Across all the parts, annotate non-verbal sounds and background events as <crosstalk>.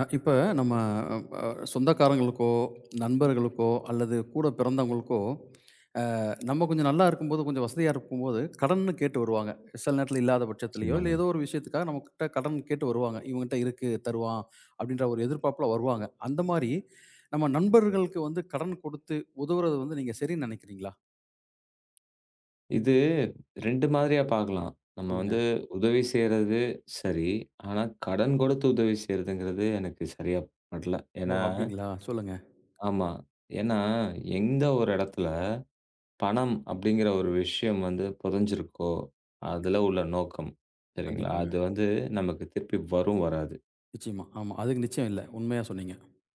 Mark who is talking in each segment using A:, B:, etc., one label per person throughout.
A: இப்ப நம்ம அ சொந்தக்காரங்களுக்கோ, நண்பர்களுக்கோ அல்லது கூட பிறந்தவங்களுக்கோ, நம்ம கொஞ்சம் நல்லா இருக்கும்போது, கொஞ்சம் வசதியா இருக்கும்போது கடன்னு கேட்டு வருவாங்க. சில நேரத்தில இல்லாத பட்சத்திலயோ, இல்ல
B: நிச்சயமாங்க.
A: ஏதோ ஒரு விஷயத்துக்காக நம்மகிட்ட கடன் கேட்டு வருவாங்க. "இவன்கிட்ட இருக்கு தருவான்." அப்படின்ற ஒரு எதிர்பார்ப்புல வருவாங்க. அந்த மாரி நம்ம நண்பர்களுக்கு வந்து கடன் கொடுத்து உதவுறது வந்து நீங்க சரின்னு நினைக்கிறீங்களா?
B: இது 2 மாதிரியா பார்க்கலாம். நம்ம
A: சொல்லுங்க.
B: வந்து உதவி செய்றது சரி. ஆனா கடன் கொடுத்து உதவி செய்றதுங்கிறது எனக்கு சரியா படல.
A: ஓ!
B: ஏன்னா
A: அப்படிங்களா? சொல்லுங்க.
B: ஆமா. ஏன்னா எந்த ஒரு இடத்துல பணம் அப்படிங்கிற ஒரு விஷயம் வந்து புதைஞ்சிருக்கோ, அதுல உள்ள நோக்கம். சரிங்களா?
A: கண்டிப்பாங்க.
B: அது வந்து நமக்கு திருப்பி வரும் வராது.
A: நிச்சயமா. ஆமா. அதுக்கு நிச்சயம் இல்ல. உண்மையா சொன்னீங்க.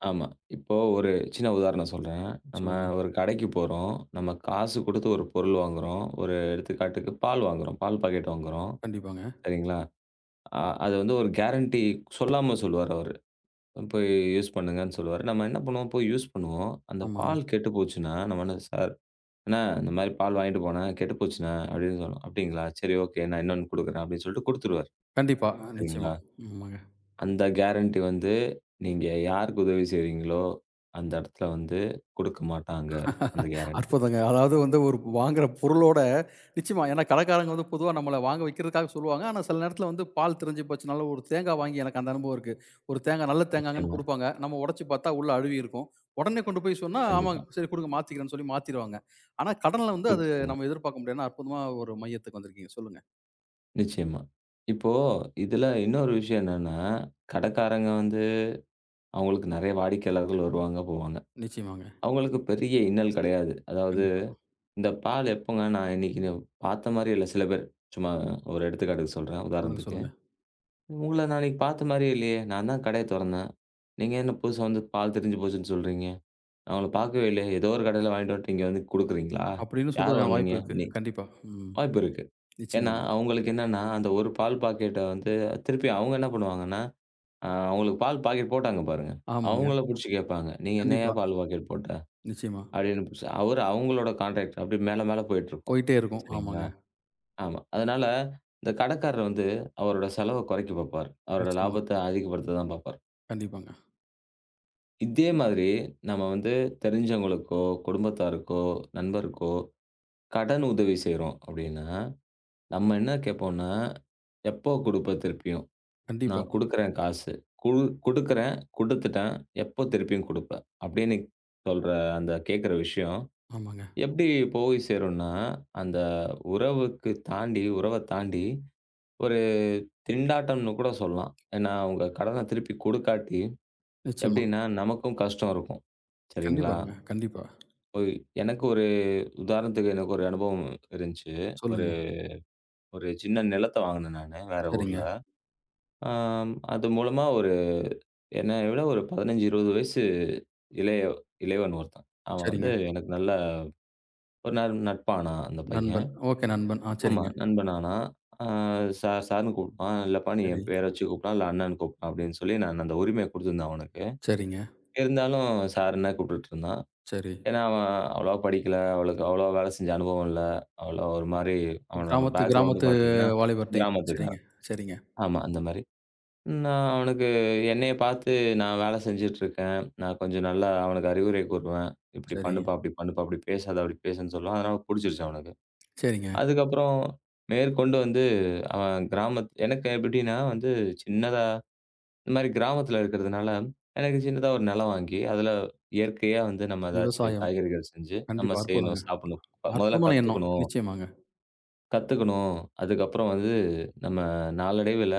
B: ஆமா. இப்போ ஒரு சின்ன உதாரணம் சொல்றேன். நம்ம
A: சொல்லுங்க.
B: ஒரு கடைக்கு போறோம். நம்ம காசு கொடுத்து ஒரு பொருள் வாங்குறோம். ஒரு எடுத்துக்காட்டுக்கு பால் வாங்குறோம். பால் பாக்கெட் வாங்குறோம்.
A: கண்டிப்பாங்க.
B: சரிங்களா? அ அது வந்து ஒரு கேரண்டி சொல்லாம சொல்லுவாரு அவரு. போய் யூஸ் பண்ணுங்கன்னு சொல்லுவாரு. நம்ம என்ன பண்ணுவோம், போய் யூஸ் பண்ணுவோம். அந்த
A: ஆமாங்க.
B: பால் கெட்டு போச்சுன்னா, நம்ம என்ன சார், "அண்ணா இந்த மாரி பால் வாங்கிட்டு போனேன், கெட்டு போச்சுண்ணா" அப்படின்னு சொல்லுவோம். "அப்படிங்களா? சரி ஓகே. நான் இன்னொன்னு குடுக்குறேன்" அப்படின்னு சொல்லிட்டு குடுத்துருவாரு.
A: கண்டிப்பா. நிச்சயமா.
B: சரிங்களா?
A: ஆமாங்க.
B: அந்த கேரண்டி வந்து நீங்க யாருக்கு உதவி செய்றீங்களோ, அந்த இடத்துல வந்து குடுக்க மாட்டாங்க. அந்த கேரண்டி.
A: அற்புதங்க. அதாவது வந்து ஒரு வாங்குற பொருளோட நிச்சயமா ஏன்னா கடைக்காரங்க வந்து பொதுவா நம்மள வாங்க வைக்கிறதுக்காக சொல்லுவாங்க. ஆனா சில நேரத்தில வந்து பால் திரிஞ்சு போச்சுனால ஒரு தேங்காய் வாங்கி எனக்கு அந்த அனுபவம் இருக்கு. ஒரு தேங்காய் நல்ல தேங்காய்ன்னு
B: நிச்சயமா.
A: குடுப்பாங்க. நம்ம உடைச்சு பார்த்தா உள்ள அழுவி இருக்கும். உடனே கொண்டு போய் சொன்னா,
B: கண்டிப்பா.
A: ஆமாங்க சரி குடுங்க மாத்திக்கிறேன்னு சொல்லி மாத்திருவாங்க. ஆனா கடன்ல வந்து அது
B: குடுத்துருவாங்க.
A: நம்ம எதிர்பார்க்க முடியாதுன்னா, அற்புதமா ஒரு மையத்துக்கு வந்திருக்கீங்க. சொல்லுங்க.
B: நிச்சயமா. இப்போ இதுல இன்னொரு விஷயம் என்னன்னா, கடைக்காரங்க வந்து அவங்களுக்கு நெறைய வாடிக்கையாளர்கள் வருவாங்க, போவாங்க.
A: நிச்சயமாங்க.
B: அவங்களுக்கு பெரிய இன்னல் கிடையாது. அதாவது
A: கண்டிப்பா.
B: இந்த பால் எப்போங்க நான் இன்னைக்கு நீ பார்த்த மாரியே இல்ல. சில பேர் சும்மா ஒரு எடுத்துக்காட்டுக்கு சொல்றேன்,
A: சொல்லுங்க,
B: உதாரணத்துக்கு.
A: சொல்லுங்க.
B: உங்கள நான் இன்னைக்கு பார்த்த மாரியே இல்லையே! நான் தான் கடைய தொறந்தேன். நீங்க என்ன புதுசா வந்து பால் திரிஞ்சு போச்சுன்னு சொல்றீங்க? நான் உங்கள பார்க்கவே இல்லையே! ஏதோ ஒரு கடையில வாங்கிட்டு வந்துட்டு இங்க வந்து குடுக்குறீங்களா?
A: அப்படின்னு
B: யார்
A: சொல்றதுக்கான
B: வந்தீங்க?
A: வாய்ப்பு இருக்கு.
B: நீ
A: கண்டிப்பா. ம்.
B: வாய்ப்பு இருக்கு. ஏன்னா,
A: நிச்சயமாங்க.
B: அவங்களுக்கு என்னன்னா, அந்த ஒரு பால் பாக்கெட்ட வந்து திருப்பி அவங்க என்ன பண்ணுவாங்கன்னா, அவங்களுக்கு பால் பாக்கெட் போட்டாங்க பாருங்க.
A: ஆமாங்க.
B: அவங்கள புடிச்சு கேட்பாங்க. "நீ என்னய்யா
A: கண்டிப்பா.
B: பால் பாக்கெட் போட்ட?"
A: நிச்சயமா.
B: அப்படின்னு புதுசா அவரு அவங்களோட கான்ட்ராக்ட் அப்படி மேல மேல போயிட்டுருக்கும்.
A: போயிட்டே இருக்கும்.
B: சரிங்களா?
A: ஆமாங்க.
B: ஆமா. அதனால இந்த கடைக்காரர் வந்து அவரோட செலவ குறைக்க பாப்பாரு. அவரோட
A: நிச்சயமா.
B: லாபத்த அதிகப்படுத்த தான் பாப்பாரு.
A: கண்டிப்பாங்க.
B: இதே மாதிரி நம்ம வந்து தெரிஞ்சவங்களுக்கோ, குடும்பத்தாருக்கோ, நண்பருக்கோ கடன் உதவி செய்றோம் அப்படின்னா, நம்ம என்ன கேட்போம்னா, "எப்போ குடுப்ப திருப்பியும்?
A: கண்டிப்பா.
B: நான் குடுக்குறேன் காசு. குடு குடுக்குறேன், குடுத்துட்டேன். எப்போ திருப்பியும் குடுப்ப?" அப்படின்னு சொல்ற அந்த கேட்கிற விஷயம்
A: ஆமாங்க.
B: எப்படி போய் சேரும்னா, அந்த உறவுக்கு தாண்டி உறவ தாண்டி ஒரு திண்டாட்டம்னு கூட சொல்லலாம். ஏன்னா, அவங்க கடன திருப்பி குடுக்காட்டி
A: நிச்சயமா.
B: எப்படின்னா, நமக்கும் கஷ்டம் இருக்கும். சரிங்களா?
A: கண்டிப்பாங்க. கண்டிப்பா.
B: போய் எனக்கு ஒரு உதாரணத்துக்கு எனக்கு ஒரு அனுபவம் இருந்துச்சு. ஒரு
A: சொல்லுங்க.
B: ஒரு சின்ன நிலத்த வாங்குனேன் நானு வேற ஊர்ல.
A: சரிங்க,
B: ஆம் அது மூலமா ஒரு என்னைய விட ஒரு 15, 20 வயசு இளைய இளையவன் ஒருத்தன். அவன் வந்து
A: சரிங்க.
B: எனக்கு நல்ல ஒரு நட்பானான் அந்த பையன்.
A: நண்பன். ஓகே நண்பன். ஆ
B: ஆமா.
A: சரிங்க.
B: நண்பன் ஆனா, அ சார் சார்ன்னு கூப்பிடுவான். இல்லப்பா நீ
A: சரி,
B: என் பேர வச்சு கூப்பிடலாம், இல்ல அண்ணன்னு கூப்பிடலாம் அப்படின்னு சொல்லி நான் அந்த உரிமைய குடுத்துருந்தேன் அவனுக்கு.
A: சரிங்க,
B: இருந்தாலும் சாருன்னு கூப்பிட்டுட்டு இருந்தான்.
A: சரி.
B: ஏன்னா, அவன் அவ்வளவா படிக்கல. அவளுக்கு அவ்வளவா வேலை செஞ்ச அனுபவம் இல்ல. அவ்வளோ ஒரு மாரி அவனோட
A: கிராமத்து
B: பேக்ரவுண்டு
A: கிராமத்து
B: பார்த்தீங்கன்னா,
A: வாலிபர் டைப். சரிங்க,
B: கிராமத்துக்காரன்.
A: சரிங்க,
B: ஆமா அந்த மாரி. நான் அவனுக்கு என்னைய பார்த்து நான் வேலை செஞ்சுட்டு இருக்கேன். நான் கொஞ்சம் நல்லா அவனுக்கு அறிவுரை கூறுவேன். இப்படி
A: சரி,
B: பண்ணுப்பா, அப்படி பண்ணுப்பா, அப்படி பேசாத, அப்படி பேசுன்னு சொல்லுவேன். அதனால புடிச்சிருச்சு அவனுக்கு.
A: சரிங்க.
B: அதுக்கப்புறம் மேற்கொண்டு வந்து அவன் எனக்கு எப்படின்னா வந்து சின்னதா இந்த மாரி கிராமத்துல இருக்கிறதுனால, எனக்கு சின்னதா ஒரு நிலம் வாங்கி, அதுல இயற்கையா வந்து நம்ம ஏதாச்சும்
A: விவசாயம்.
B: காய்கறிகள் செஞ்சு, நம்ம
A: கண்டிப்பா.
B: செய்யணும்,
A: அற்புதங்க.
B: சாப்பிடணும். முதல்ல
A: அற்புதமான எண்ணம்.
B: கத்துக்கணும்
A: நிச்சயமாங்க.
B: கத்துக்கணும். அதுக்கப்புறம் வந்து நம்ம நாளடைவில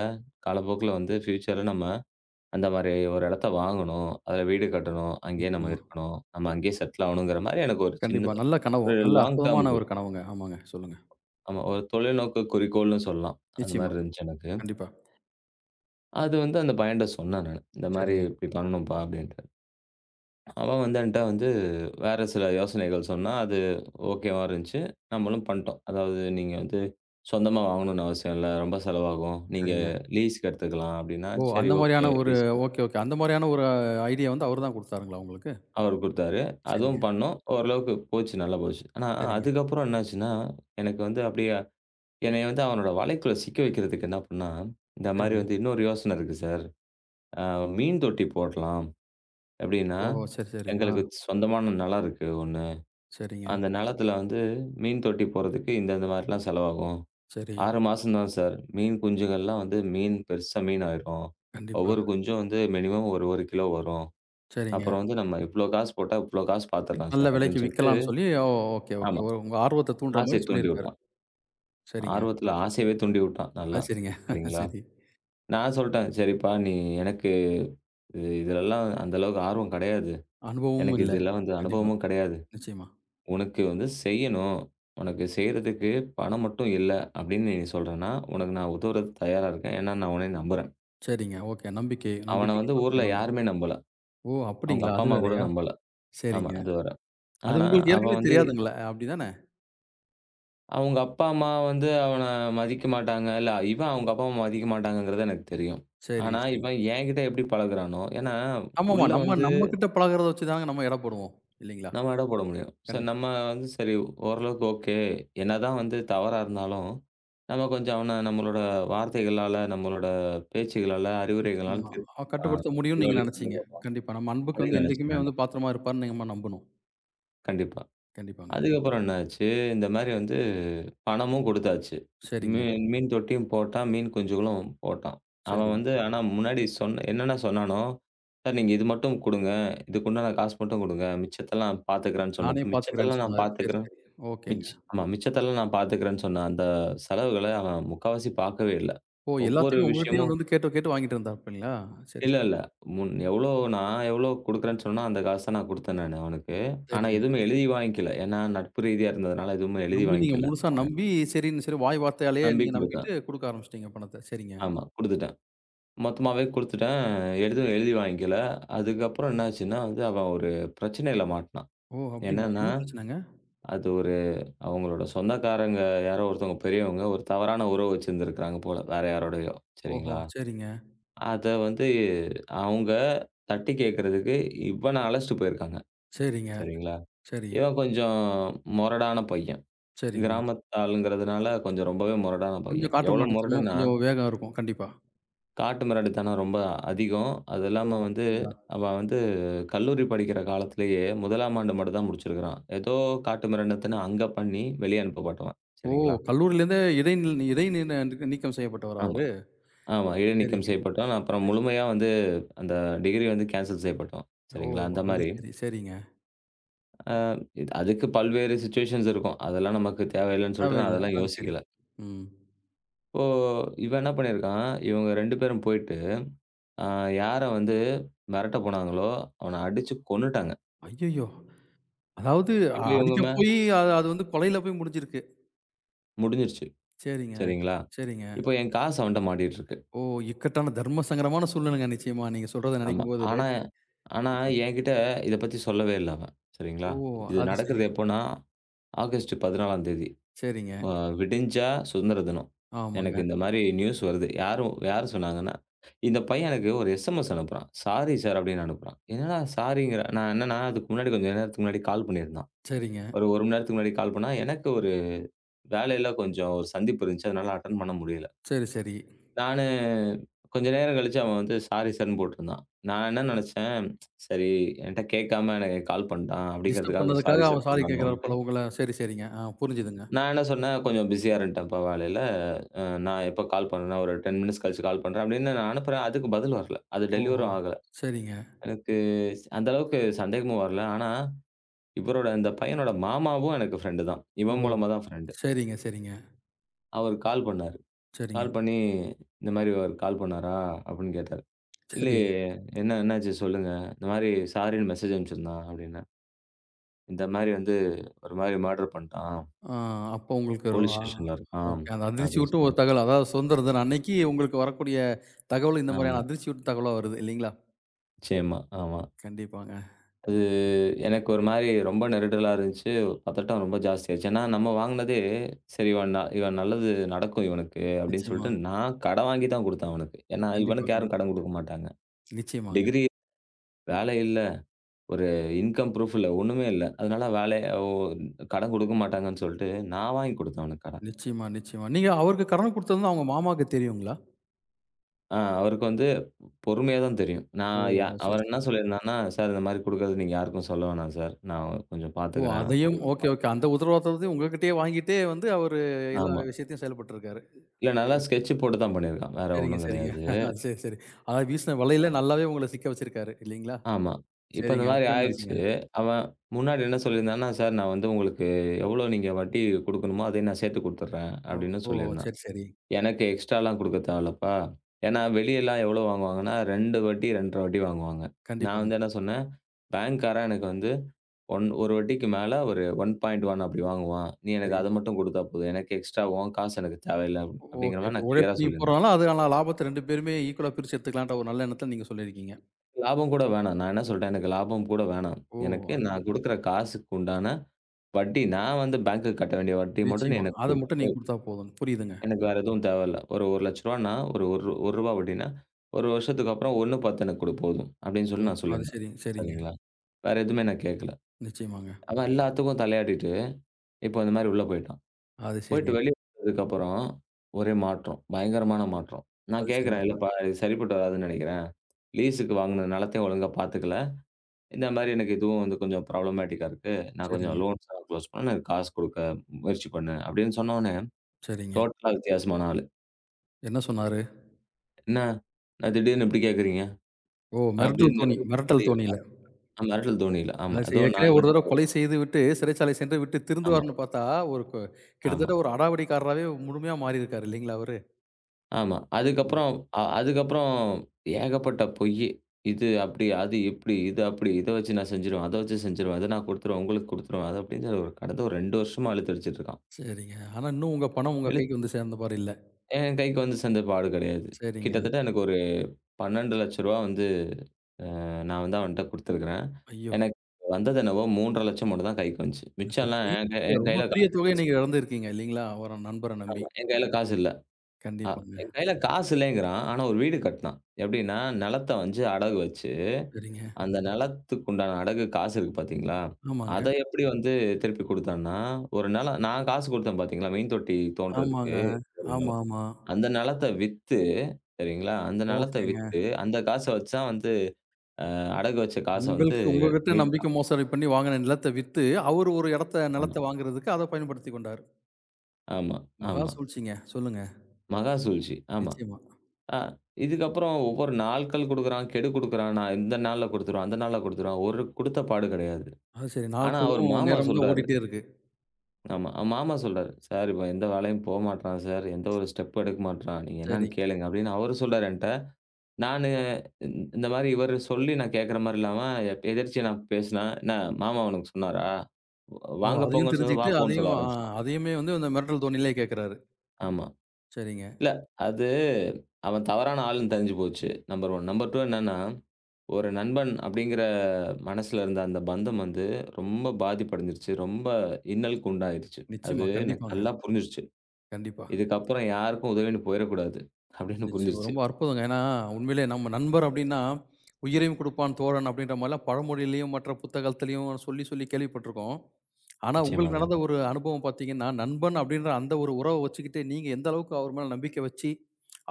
B: காலப்போக்குல வந்து ஃபியூச்சர்ல நம்ம அந்த மாரி ஒரு இடத்த வாங்கணும். அதுல வீடு கட்டணும். அங்கேயே நம்ம
A: நிச்சயமா.
B: இருக்கணும். நம்ம அங்கேயே செட்டில் ஆகணுங்கிற மாரி எனக்கு ஒரு
A: கண்டிப்பா.
B: சின்னதா
A: நல்ல கனவு.
B: ஒரு
A: நல்ல
B: லாங் டெர்ம்
A: அற்புதமான ஒரு
B: கோல்.
A: கனவுங்க. ஆமாங்க. சொல்லுங்க.
B: ஆமா. ஒரு தொலைநோக்கு குறிக்கோள்னு சொல்லலாம். அந்த
A: நிச்சயமா.
B: மாரி இருந்துச்சு எனக்கு.
A: கண்டிப்பா.
B: அது வந்து அந்த பையன்ட்ட சொன்னேன் நானு. இந்த மாரி
A: சரிங்க,
B: இப்டி பண்ணணும்ப்பா அப்டின்ட்டு. அவன் வந்து என்ட்ட வந்து வேற சில யோசனைகள் சொன்னான். அது ஓகேவா இருந்துச்சு. நம்மளும் பண்ட்டோம். அதாவது நீங்க வந்து சொந்தமா வாங்கணும்னு அவசியம் இல்ல. ரொம்ப செலவாகும். நீங்க
A: சரிங்க.
B: லீஸ்க்கு எடுத்துக்கலாம் அப்டின்னா,
A: ஓ!
B: சரி
A: அந்த
B: ஓகே
A: மாரியான ஒரு
B: லீஸ்
A: ஓகே, ஓகே. அந்த மாரியான ஒரு ஐடியா வந்து அவரு தான் குடுத்தாருங்களா உங்களுக்கு?
B: அவரு குடுத்தாரு.
A: சரிங்க,
B: அதுவும் பண்ணோம். ஓரளவுக்கு போச்சு நல்லா போச்சு. ஆனா
A: சரிங்க,
B: அதுக்கப்புறம் என்னாச்சுன்னா, எனக்கு வந்து அப்டியே என்னைய வந்து அவனோட வலைக்குள்ள சிக்க வைக்கிறதுக்கு என்ன பண்ணான், இந்த மாரி
A: சரிங்க.
B: வந்து இன்னொரு யோசனை இருக்கு சார். அ மீன் தொட்டி போடலாம். எப்படின்னா,
A: ஓஹோ! சரி, சரி. ஆ,
B: எங்களுக்கு சொந்தமான நிலம் இருக்கு ஒண்ணு.
A: சரிங்க.
B: அந்த நிலத்தில வந்து மீன் தொட்டி போடுறதுக்கு இந்த இந்த மாரிலாம் செலவாகும்.
A: சரி.
B: 6 மாசம் தான் சார். மீன் குஞ்சுகள்லாம் வந்து மீன் பெருசா மீன் ஆயிரும்.
A: கண்டிப்பா.
B: ஒவ்வொரு குஞ்சும் வந்து மினிமம் ஒரு 1 கிலோ வரும்.
A: சரிங்க.
B: அப்புறம் வந்து நம்ம இவ்ளோ காசு போட்டா, இவ்ளோ காசு பார்த்துரலாம்
A: நல்ல
B: சார்
A: விலைக்கு
B: அப்படின்னு சொல்லிட்டு
A: விக்கலான்னு சொல்லி ஓ! Okay, okay.
B: ஆமா.
A: ஒ உங்க ஆர்வத்த தூண்டுற
B: ஆசைய
A: மாரி
B: தூண்டி
A: சொல்லியிருக்காரு.
B: விட்டான்.
A: சரிங்க.
B: ஆர்வத்தில ஆசையவே தூண்டி விட்டான் நல்லா.
A: அது சரிங்க. <laughs>
B: சரிங்களா?
A: சரி.
B: நான் சொல்ட்டேன், "சரிப்பா, நீ எனக்கு இது இதுலலாம் அந்த அளவுக்கு ஆர்வம் கிடையாது.
A: அனுபவமும்
B: எனக்கு
A: இல்ல.
B: இதெல்லாம் வந்து
A: கண்டிப்பா.
B: அனுபவமும் கிடையாது.
A: நிச்சயமா.
B: உனக்கு வந்து செய்யணும். உனக்கு செய்றதுக்கு பணம் மட்டும் இல்ல அப்படின்னு நீ சொல்றன்னா, உனக்கு நான் உதவுறதுக்கு தயாரா இருக்கேன். ஏன்னா நான் உன்னைய நம்புறேன்.
A: சரிங்க. ஓகே. நம்பிக்கை
B: அவன
A: நம்பிக்கைக்கு
B: வந்து ஊர்ல
A: பாத்திரமா இருந்தாரு.
B: யாருமே நம்பல.
A: ஓ!
B: அவங்க
A: அப்படிங்களா?
B: அப்பா,
A: அது
B: அம்மா கூட
A: வேறையா?
B: நம்பல. ஆமா,
A: சரிங்க.
B: அது வர.
A: அது
B: ஆனா,
A: உங்களுக்கு
B: அவன்
A: ஏற்கனவே
B: வந்து
A: தெரியாதுங்கள அப்படிதானே?
B: அவங்க அப்பா, அம்மா வந்து அவன மதிக்க மாட்டாங்க. இல்ல இவன் அவங்க அப்பா, அம்மா மதிக்க மாட்டாங்கங்கிறது எனக்கு தெரியும்.
A: சரி,
B: ஆனா,
A: சரி.
B: இவன் என்கிட்ட எப்படி பழகுறானோ ஏன்னா,
A: ஆமாமா.
B: உள்ள
A: நம்ம
B: வந்து
A: நம்ம கிட்ட பழகுறத வச்சு தாங்க நம்ம எடை போடுவோம். இல்லைங்களா?
B: நம்ம எடை போட முடியும். சோ
A: கண்டிப்பா.
B: நம்ம வந்து சரி ஓரளவுக்கு ஓகே. என்னதான் வந்து தவறா இருந்தாலும், நம்ம கொஞ்சம் அவன நம்மளோட வார்த்தைகளால, நம்மளோட பேச்சுகளால, அறிவுரைகளால
A: நிச்சயமா.
B: ஆ
A: கட்டுப்படுத்த முடியும்னு
B: நல்ல
A: நீங்க
B: வழிக்கு கொண்டு
A: நெனச்சீங்க.
B: வரணும்
A: கண்டிப்பா. நம்ம அன்புக்கு
B: அப்படின்னு
A: வந்து
B: நினைச்சேன்
A: என்னைக்குமே
B: நானு.
A: வந்து பாத்திரமா இருப்பாருன்னு நம்ம நம்பணும்.
B: கண்டிப்பா.
A: கண்டிப்பாங்க.
B: அதுக்கப்புறம் என்ன ஆச்சு, இந்த மாரி வந்து பணமும் குடுத்தாச்சு.
A: சரிங்க,
B: மீன் மீன் தொட்டியும் போட்டான், மீன் குஞ்சுகளும் போட்டான். அவன்
A: சரிங்க.
B: வந்து ஆனா முன்னாடி சொன்ன என்னென்ன சொன்னானோ, "சார் நீங்க இது மட்டும் குடுங்க. இதுக்கு உண்டான காசு மட்டும் குடுங்க. மிச்சத்தெல்லாம் நான் பாத்துக்கிறேன்னு" சொன்னது.
A: நானே பார்த்துக்கிறேன்னு
B: மிச்சத்தெல்லாம் நான்
A: சொன்னாரு. சரி,
B: பாத்துக்கிறேன்.
A: சரி. ஓகேங்க.
B: ஆமா. மிச்சத்தெல்லாம் நான் பார்த்துக்கிறேன்னு சொன்னேன். அந்த செலவுகள அவன் முக்காவாசி பார்க்கவே இல்ல.
A: ஓ!
B: ஒவ்வொரு
A: எல்லாத்தையுமே உங்ககிட்டயே
B: விஷயமும்
A: வந்து வந்து கேட்டு கேட்டு வாங்கிட்டு இருந்தாப்புங்களா? சரி,
B: இல்ல,
A: சரி.
B: இல்ல. முன் எவ்வளோ நான் எவ்வளோ குடுக்குறேன்னு சொன்னேனோ, அந்த காச நான் குடுத்தேன் நானு அவனுக்கு. ஆனா
A: சரிங்க.
B: எதுவுமே எழுதி வாங்கிக்கல. ஏன்னா, நட்பு ரீதியா இருந்ததுனால எதுவுமே எழுதி
A: நம்பி நீங்க
B: வாங்கிக்கல
A: முழுசா
B: நானு.
A: நம்பி சரின்னு சொல்லி வாய் வார்த்தையாலேயே
B: நம்பி
A: நீங்க
B: குடுத்தேன்.
A: நம்பிட்டு குடுக்க ஆரம்பிச்சுட்டீங்க பணத்த. சரிங்க.
B: ஆமா, குடுத்துட்டேன். மொத்தமாவே குடுத்துட்டேன். எதுவும் எழுதி வாங்கிக்கல. அதுக்கப்புறம் என்னாச்சுன்னா, வந்து அவன் ஒரு பிரச்சனையில மாட்னான்.
A: ஓ! அப்டிங்களா?
B: என்னன்னா,
A: என்ன பிரச்சனங்க?
B: அது ஒரு அவங்களோட சொந்தக்காரங்க யாரோ ஒருத்தவங்க பெரியவங்க ஒரு தவறான உறவு வச்சிருந்திருக்காங்க போல. வேற யாரோடயோ.
A: ஓஹோ!
B: சரிங்களா?
A: சரிங்க,
B: அத வந்து அவங்க தட்டி கேட்கறதுக்கு இவன அழைச்சிட்டு போயிருக்காங்க.
A: சரிங்க.
B: சரிங்களா?
A: சரி,
B: இவன் கொஞ்சம் மொரடான பையன்.
A: சரிங்க.
B: கிராமத்து ஆளுங்கிறதுனால கொஞ்சம் ரொம்பவே மொரடான
A: கொஞ்சம்
B: பையன்.
A: காட்டு
B: எவ்வளோ
A: முராண்டித்தனமா
B: மொரடுன்னா,
A: கொஞ்சம் வேகம் இருக்கும். கண்டிப்பா.
B: காட்டு மிராண்டித்தனம் ரொம்ப அதிகம். அது
A: ஓ!
B: இல்லாம வந்து
A: அப்டிங்களா?
B: அவன் வந்து கல்லூரி படிக்கிற காலத்திலேயே 1ஆம் ஆண்டு மட்டும் தான் முடிச்சிருக்கிறான். ஏதோ காட்டு மிராண்டித்தனம் அங்க பண்ணி வெளிய அனுப்பப்பட்டவன்.
A: ஓ!
B: சரிங்களா?
A: கல்லூரியிலேருந்தே இடைநில் இடைநீன நீக்கம் செய்யப்பட்டவரா
B: ஆமா,
A: அவரு?
B: ஆமா. இடைநீக்கம்
A: சரிங்க.
B: செய்யப்பட்டவன். அப்புறம் முழுமையா வந்து அந்த டிகிரி வந்து கேன்சல் செய்யப்பட்டவன்.
A: ஓ!
B: சரிங்களா? அந்த
A: அது
B: மாரி
A: சரி, சரிங்க.
B: அ இது அதுக்கு பல்வேறு சிச்சுவேஷன்ஸ் இருக்கும். அதெல்லாம் நமக்கு தேவையில்லன்னு சொல்லிட்டு நான்
A: தேவையில்ல.
B: அதெல்லாம்
A: அது சரி.
B: யோசிக்கல.
A: ம்.
B: இப்போ இவன் என்ன பண்ணியிருக்கான், இவங்க 2 பேரும் போயிட்டு, அ யார வந்து மிரட்ட போனாங்களோ, அவன அடிச்சு கொன்னுட்டாங்க.
A: ஐய்யயோ! அதாவது
B: இப்போ இவங்க
A: அதுக்கு
B: மே
A: போய் அது அது வந்து கொலையில போய் முடிஞ்சிருக்கு.
B: முடிஞ்சிருச்சு.
A: சரிங்க,
B: சரிங்களா?
A: சரிங்க.
B: இப்போ என் காசு அவன்ட்ட மாட்டிட்டு இருக்கு.
A: ஓ! இக்கட்டான தர்ம சங்கடமான சூழ்நிலைங்க நிச்சயமா. நீங்க சொல்றத
B: ஆமா.
A: நினைக்கும்போது
B: ஆனா ஆனா
A: கண்டிப்பா.
B: என்கிட்ட இத பத்தி சொல்லவே இல்ல அவன். சரிங்களா?
A: ஓ!
B: இது
A: அது சரி.
B: நடக்கிறது எப்போன்னா, ஆகஸ்ட் 14ஆம் தேதி.
A: சரிங்க.
B: அ விடிஞ்சா சுதந்திர தினம். எனக்கு
A: ஆமாங்க.
B: இந்த மாரி நியூஸ் வருது. யாரும் யாரு சொன்னாங்கன்னா, இந்த பையன் எனக்கு ஒரு எஸ்எம்எஸ் அனுப்புறான். "சாரி சார்" அப்படின்னு அனுப்புறான். என்னடா சாரிங்கிறான். நான் என்னன்னா, அதுக்கு முன்னாடி கொஞ்சம் நேரத்துக்கு முன்னாடி கால் பண்ணியிருந்தான்.
A: சரிங்க.
B: ஒரு 1 மணி நேரத்துக்கு முன்னாடி கால் பண்ணா, எனக்கு ஒரு வேலையில கொஞ்சம் ஒரு சந்திப்பு இருந்துச்சு. அதனால அட்டெண்ட் பண்ண முடியல.
A: சரி, சரி.
B: நானு கொஞ்ச நேரம் கழிச்சு அவன் வந்து சாரி சார்ன்னு போட்டிருந்தான். நான் என்ன நெனச்சேன், சரி என்ட்ட கேட்காம எனக்கு கால் பண்ணிட்டான்
A: டிஸ்டர்ப்
B: அப்படிங்கிறதுக்காக
A: பண்ணதுக்காக
B: சாரி சார்
A: அவன் சாரி கேட்கிறாரு
B: போடுறானோன்னு.
A: போல உங்கள. சரி, சரிங்க. ஆ புரிஞ்சுதுங்க.
B: நான் என்ன சொன்னேன், "கொஞ்சம் பிஸியா இருந்துட்டேன்ப்பா வேலையில. நான் எப்ப கால் பண்ணனா, ஒரு 10 மினிட்ஸ் கழிச்சு கால் பண்றேன்" அப்படின்னு நான் அனுப்புறேன். அதுக்கு பதில் வரல. அது
A: ஓஹோ!
B: டெலிவரும் ஆகல.
A: சரிங்க.
B: எனக்கு அந்த அளவுக்கு சந்தேகமும் வரல. ஆனா, இவரோட இந்த பையனோட மாமாவும் எனக்கு ஃப்ரெண்டு தான்.
A: ஓ!
B: இவன் மூலமா தான் ஃப்ரெண்டு.
A: சரிங்க, சரிங்க,
B: அவரு கால் பண்ணாரு.
A: சரிங்க.
B: கால் பண்ணி, "இந்த மாரி அவரு கால் பண்ணாரா?" அப்படின்னு கேட்டாரு.
A: சரி.
B: "இல்லையே, என்ன என்னாச்சு சொல்லுங்க." "இந்த மாரி சாரின்னு மெசேஜ் அனுப்பிச்சிருந்தான்" அப்படின்னேன். "இந்த மாரி வந்து ஒரு மாரி மர்டர் பண்ணிட்டான்.
A: ஆ அப்போ உங்களுக்கு ரொ
B: போலீஸ்
A: ஆ
B: ஸ்டேஷன்ல இருக்கான்"
A: ஓகே. அந்த
B: அப்படின்னு
A: அதிர்ச்சியூட்டும் ஒரு
B: சொன்னாங்க.
A: தகவல். அதாவது சுதந்திர தின அன்னைக்கு உங்களுக்கு வரக்கூடிய தகவல் இந்த
B: ஆமா.
A: மாதிரியான அதிர்ச்சியூட்டும் தகவலா வருது இல்லைங்களா?
B: நிச்சயமா. ஆமா.
A: கண்டிப்பாங்க.
B: அது எனக்கு ஒரு மாரி ரொம்ப நெருடலா இருந்துச்சு. பதட்டம் ரொம்ப ஜாஸ்தியாச்சு. ஏன்னா நம்ம வாங்குனதே, "சரி இவன் இவன் நல்லது நடக்கும் இவனுக்கு." அப்படின்னு
A: நிச்சயமா.
B: சொல்லிட்டு நான் கடன் வாங்கி தான் குடுத்தேன் அவனுக்கு. ஏன்னா
A: கண்டிப்பா,
B: இவனுக்கு யாரும்
A: கண்டிப்பா.
B: கடன் குடுக்க மாட்டாங்க.
A: நிச்சயமாங்க.
B: டிகிரி, வேலை இல்ல. ஒரு இன்கம் ப்ரூஃப் இல்ல. ஒண்ணுமே இல்ல. அதனால வேலை ஓ கடன் குடுக்க மாட்டாங்கன்னு சொல்லிட்டு நான் வாங்கி குடுத்தேன் அவனுக்கு கடன்.
A: நிச்சயமா, நிச்சயமா. நீங்க அவருக்கு கடன் குடுத்தது வந்து அவங்க மாமாவுக்கு தெரியுங்களா?
B: அவருக்கு வந்து பொறுமையா தான் தெரியும். நான்
A: ஓஹோ! சரி,
B: அவர் என்ன
A: சரி.
B: சொல்லியிருந்தாருன்னா, "சார் இந்த மாரி குடுக்கறது நீங்க யாருக்கும் சொல்ல வேணாம் சார். நான் கொஞ்சம்
A: ஓ!
B: பாத்துக்கிறேன்.
A: அதையும் ஓகே, ஓகே. அந்த உத்தரவாதத்தையும் உங்ககிட்டயே வாங்கிட்டே வந்து அவரு எல்லா
B: ஆமா.
A: விஷயத்தையும் செயல்பட்டுருக்காரு.
B: இல்ல நல்லா
A: சரிங்க,
B: ஸ்கெட்ச் போட்டு தான் பண்ணியிருக்கான். வேற
A: சரிங்க,
B: ஒண்ணும்
A: சரிங்க.
B: கெடையாது."
A: <laughs> சரி, சரி. அதாவது வீசின வலையில நல்லாவே உங்கள சிக்க வச்சிருக்காரு இல்லைங்களா?
B: ஆமா. இப்ப இந்த
A: சரிங்க.
B: மாரி
A: அப்புறம் என்ன ஆச்சுங்க?
B: ஆயிருச்சு. அவன் முன்னாடி என்ன சொல்லியிருந்தான்னா, "சார் நான் வந்து உங்களுக்கு எவ்வளோ நீங்க வட்டி குடுக்கணுமோ, அதையும் நான் சேர்த்து குடுத்துடுறேன்." அப்படின்னு
A: ஓ!
B: சொல்லியிருந்தான்.
A: சரி, சரி.
B: எனக்கு எக்ஸ்ட்ராலாம் குடுக்க தேவையில்லப்பா. ஏன்னா வெளியலாம் எவ்வளோ வாங்குவாங்கன்னா, 2 வட்டி 2 1/2 வட்டி வாங்குவாங்க. நான்
A: கண்டிப்பாங்க.
B: வந்து என்ன சொன்னேன், "பேங்க்காரன் எனக்கு வந்து 1 வட்டிக்கு மேல ஒரு 1.1 அப்படி வாங்குவான். நீ எனக்கு
A: சரி.
B: அத மட்டும் குடுத்தா போதும். எனக்கு எக்ஸ்ட்ரா உன் காசு எனக்கு தேவையில்ல." அப்படிங்கிற
A: ஓகே,
B: மாரி
A: ஓகே.
B: நான் கிளியரா
A: உழைப்பு நீங்க
B: சொல்லியிருந்தேன்.
A: போடுறனால அது ஆனா லாபத்த 2 பேருமே ஈக்குவலா பிரிச்சு எடுத்துக்கலான்ற ஒரு நல்ல எண்ணத்துல நீங்க சொல்லியிருக்கீங்க.
B: லாபம் கூட வேணாம். நான் என்ன சொல்ட்டேன், "எனக்கு லாபம் கூட வேணாம்.
A: ஓ!
B: எனக்கு நான் குடுக்குற காசுக்கு உண்டான வட்டி நான் வந்து பேங்க்குக்கு கட்ட வேண்டிய வட்டி மட்டும் நீ
A: நிச்சயமா.
B: எனக்கு
A: அத
B: குடு.
A: மட்டும் நீங்க குடுத்தா போதும். புரியுதுங்க.
B: எனக்கு வேற எதுவும் தேவையில்ல. ஒரு ரூ. 1,00,000னா ஒரு ரூ. 1 வட்டின்னா, 1 வருஷத்துக்கு அப்புறம் 1.10 எனக்கு குடு போதும். அப்படின்னு
A: ஓ!
B: சொல்லி நான்
A: அது
B: சொல்லியிருந்தேன்.
A: சரி. சரிங்க.
B: சரிங்களா? வேற எதுவுமே நான் கேட்கல.
A: நிச்சயமாங்க.
B: அவன் எல்லாத்துக்கும் தலையாட்டிட்டு, இப்போ இந்த மாரி உள்ள போயிட்டான்.
A: அது
B: போயிட்டு
A: சரி.
B: வெளிய வந்ததுக்கப்புறம் ஒரே மாற்றம். பயங்கரமான மாற்றம். நான்
A: அது சரி.
B: கேட்கிறேன், "இல்லப்பா இது சரிப்பட்டு வராதுன்னு நெனைக்கிறேன். லீஸுக்கு வாங்குன நிலத்தையும் ஒழுங்கா பாத்துக்கல. இந்த மாரி எனக்கு இதுவும் வந்து கொஞ்சம் ப்ராப்ளமேட்டிக்கா இருக்கு. நான் கொஞ்சம்
A: சரிங்க.
B: லோன்ஸ்லாம் க்ளோஸ் பண்ண எனக்கு காசு குடுக்க முயற்சி பண்ணு." அப்படின்னு சொன்னோனே
A: சரிங்க.
B: டோட்டலா வித்தியாசமான ஆளு.
A: என்ன சொன்னாரு?
B: "என்ன என்ன திடீர்னு இப்டி கேட்குறீங்க?"
A: ஓ! மிரட்டல்
B: அப்டின்னு
A: தோணி. மிரட்டல்
B: புரியுதுங்களா?
A: தோணியில.
B: <unintelligible> மிரட்டல் தொனியில. ஆமா.
A: அது சரி.
B: ஏதோ நான்
A: ஏற்கனவே ஒரு தடவ
B: இவன்ட்ட
A: கொலை செய்துவிட்டு, சிறைச்சாலை சென்று விட்டு
B: ஆமா,
A: திருந்துவார்ன்னு பார்த்தா, ஒரு கு
B: ஆமா,
A: கிட்டத்தட்ட ஒரு அடாவடிக்காரராவே முழுமையா மாறியிருக்காரு இல்லைங்களா அவரு?
B: ஆமா. அதுக்கப்புறம் அதுக்கப்புறம் ஏகப்பட்ட பொய்யி. இது அப்டி, அது இப்டி, இது அப்டி, இத வச்சு நான் செஞ்சுருவேன், அத வச்சு செஞ்சுருவேன், இத நான் குடுத்துருவேன், உங்களுக்கு குடுத்துருவேன். அது அப்டின்னு ஒரு கடந்த ஒரு 2 வருஷமா இழுத்தடிச்சுட்டு இருக்கான்.
A: சரிங்க. ஆனா இன்னும் உங்க பணம் உங்க
B: இழுத்
A: கைக்கு வந்து சேர்ந்த மாரி இல்ல.
B: என் கைக்கு வந்து சேர்ந்த பாடு கிடையாது.
A: சரிங்க.
B: கிட்டத்தட்ட எனக்கு ஒரு ரூ. 12,00,000 வந்து நான் வந்து அவன்ட்ட குடுத்துருக்கிறேன்.
A: ஐயோ!
B: எனக்கு வந்தது என்னவோ 3,50,000 மட்டும் தான் கைக்கு வந்துச்சு.
A: அது சரி.
B: மிச்சம்லாம்
A: பெரிய
B: என் கை
A: தொகை
B: என்
A: ரொம்ப
B: கையில
A: பெரிய
B: காசு இல்ல
A: தொகைய
B: சார்.
A: நீங்க இழந்திருக்கீங்க இல்லைங்களா? ஒரு நண்பர நம்பி.
B: ஆமா. என் கையில காசு இல்ல. அ
A: கண்டிப்பாங்க.
B: என் கையில காசு இல்லேங்கிறான். ஆனா ஒரு வீடு கட்டினான். எப்படின்னா, நிலத்த வந்து அடகு வச்சு,
A: சரிங்க.
B: அந்த நிலத்துக்கு உண்டான அடகு காசு இருக்கு பார்த்தீங்களா?
A: ஆமாங்க.
B: அத எப்படி வந்து திருப்பி குடுத்தான்னா, ஒரு நிலம் நான் காசு குடுத்தேன் பார்த்தீங்களா, மெயின் தொட்டி
A: ஆமாங்க.
B: தோண்டுறதுக்கு ஒரு
A: ஆமா,
B: நிலம்.
A: ஆமா.
B: அந்த நிலத்த வித்து சரிங்களா, அந்த நிலத்த
A: ஓகேங்க.
B: வித்து அந்த காச வச்சு தான் வந்து அடகு வச்ச காச வந்து
A: உங்களுக்கு உங்ககிட்ட
B: மீட்டான்.
A: நம்பிக்கை மோசடி பண்ணி வாங்குன நிலத்த வித்து, அவரு ஒரு இடத்த
B: ஆமா,
A: நிலத்த வாங்குறதுக்கு அத பயன்படுத்திக் கொண்டாரு.
B: ஆமா,
A: மகா
B: ஆமா.
A: சூழ்ச்சிங்க. சொல்லுங்க.
B: மகா சூழ்ச்சி. ஆமா.
A: நிச்சயமா.
B: அ இதுக்கப்புறம் ஒவ்வொரு நாட்கள் குடுக்குறான், கெடு குடுக்குறான். நான் இந்த நாள்ல குடுத்துருவேன், அந்த நாள்ல குடுத்துருவேன். ஒரு குடுத்த பாடு கிடையாது.
A: அது சரி.
B: ஆனா, அவர்
A: நாட்களும்
B: மாமா
A: நேரம் தான்
B: சொல்றாரு.
A: ஓடிட்டே இருக்கு.
B: ஆமா. அவன் மாமா சொல்றாரு. "சார் இவன் எந்த வேலையும் போ மாட்றான் சார். எந்த ஒரு ஸ்டெப்பும் எடுக்க மாட்றான். நீங்க என்னான்னு
A: சரிங்க.
B: கேளுங்க" அப்படின்னு அவரு சொல்றாரு என்ட்ட. நானு இந்த மாரி இவரு சொல்லி நான் கேட்கிற மாரி இல்லாம, எதிர்ச்சியா நான் பேசினேன். "என்ன மாமா உனக்கு சொன்னாரா?
A: ஓ!
B: வாங்க
A: அதையும்
B: போங்கன்னு சொன்னது, வா
A: தெரிஞ்சுக்கிட்டு,
B: போன்னு
A: அதையும்
B: சொல்ல
A: அ
B: ஆரம்பிச்சுட்டான்."
A: அதையுமே வந்து அந்த மிரட்டல் தோணியிலே கேட்கிறாரு.
B: ஆமா.
A: சரிங்க.
B: இல்ல அது அவன் தவறான ஆளுன்னு தெரிஞ்சு போச்சு. நம்பர் 1. நம்பர் 2 என்னன்னா ஒரு நண்பன் அப்படிங்கிற மனசுல இருந்த அந்த பந்தம் வந்து ரொம்ப பாதிப்படைஞ்சிருச்சு. ரொம்ப இன்னலுக்கு உண்டாயிருச்சு. அது
A: நிச்சயமா.
B: எனக்கு
A: கண்டிப்பாங்க.
B: நல்லா புரிஞ்சிருச்சு.
A: கண்டிப்பா.
B: இதுக்கப்புறம் யாருக்கும் உதவின்னு போயிறக்கூடாது அப்படின்னு
A: நிச்சயமா.
B: புரிஞ்சிருச்சு.
A: ரொம்ப அற்புதங்க. ஏன்னா, உண்மையிலே நம்ம நண்பர் அப்டின்னா, உயிரையும் குடுப்பான் தோழன் அப்படின்ற மாரிலாம் பழமொழியிலயும், மற்ற புத்தகத்திலயும் சொல்லி, சொல்லி கேள்விப்பட்டுருக்கோம். ஆனா, உங்களுக்கு
B: நிச்சயமாங்க.
A: நடந்த ஒரு அனுபவம் பார்த்தீங்கன்னா, நண்பன் அப்படின்ற அந்த ஒரு உறவ வச்சுக்கிட்டு, நீங்க எந்த அளவுக்கு அவர் மேல நம்பிக்கை வச்சு,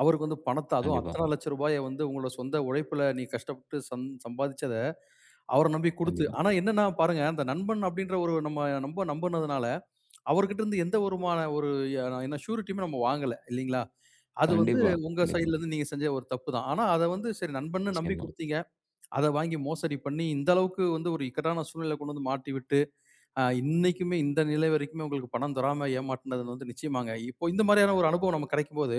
A: அவருக்கு வந்து பணத்த அதுவும்
B: கண்டிப்பா,
A: அத்தன லட்ச ரூபாய வந்து உங்களோட சொந்த உழைப்புல நீ கஷ்டப்பட்டு சம்பாதிச்சத, அவர நம்பி குடுத்து
B: கண்டிப்பா,
A: ஆனா என்னன்னா பாருங்க, அந்த நண்பன் அப்படின்ற ஒரு நம்ம ரொம்ப நம்புனதுனால, அவர்கிட்ட இருந்து எந்த ஒருமான ஒரு என்ன ஷ்யூரிட்டியுமே நம்ம வாங்கல. இல்லீங்களா? அது வந்து
B: கண்டிப்பா,
A: உங்க
B: கண்டிப்பா.
A: சைட்லருந்து நீங்க செஞ்ச ஒரு தப்பு தான். ஆனா, அத வந்து சரி நண்பன்னு நம்பி
B: நிச்சயமா.
A: குடுத்தீங்க. அத வாங்கி மோசடி பண்ணி, இந்த அளவுக்கு வந்து ஒரு இக்கட்டான சூழ்நிலையில கொண்டு வந்து மாட்டி விட்டு, இன்னைக்குமே இந்த நிலை வரைக்குமே உங்களுக்கு பணம் தராம ஏமாத்துனது வந்து நிச்சயமாங்க. இப்போ இந்த மாரியான ஒரு அனுபவம் நமக்கு கிடைக்கும்போது,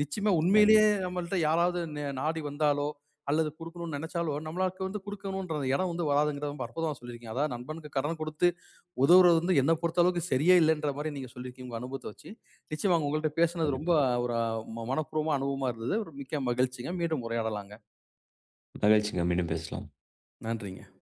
A: நிச்சயமா உண்மையிலேயே
B: கண்டிப்பா,
A: நம்மள்ட்ட யாராவது நாடி வந்தாலோ, அல்லது குடுக்கணும்னு நெனச்சாலோ, நம்மளுக்கு வந்து குடுக்கணுன்ற இடம் வந்து வராதுங்கிறத ரொம்ப அற்புதமா சொல்லியிருக்கீங்க. அதாவது நண்பனுக்கு கடன் குடுத்து உதவுறது வந்து என்ன பொறுத்தளவுக்கு சரியே இல்லன்ற மாரி நீங்க சொல்லியிருக்கீங்க உங்க அனுபவத்த வச்சு. நிச்சயமா உங்கள்ட்ட பேசுனது ரொம்ப
B: கண்டிப்பா.
A: ஒரு மனப்பூர்வமா அனுபவமா இருந்தது. ஒரு மிக்க மகிழ்ச்சிங்க. மீண்டும் உரையாடலாங்க.
B: மகிழ்ச்சிங்க. மீண்டும் பேசலாம்.
A: நன்றிங்க.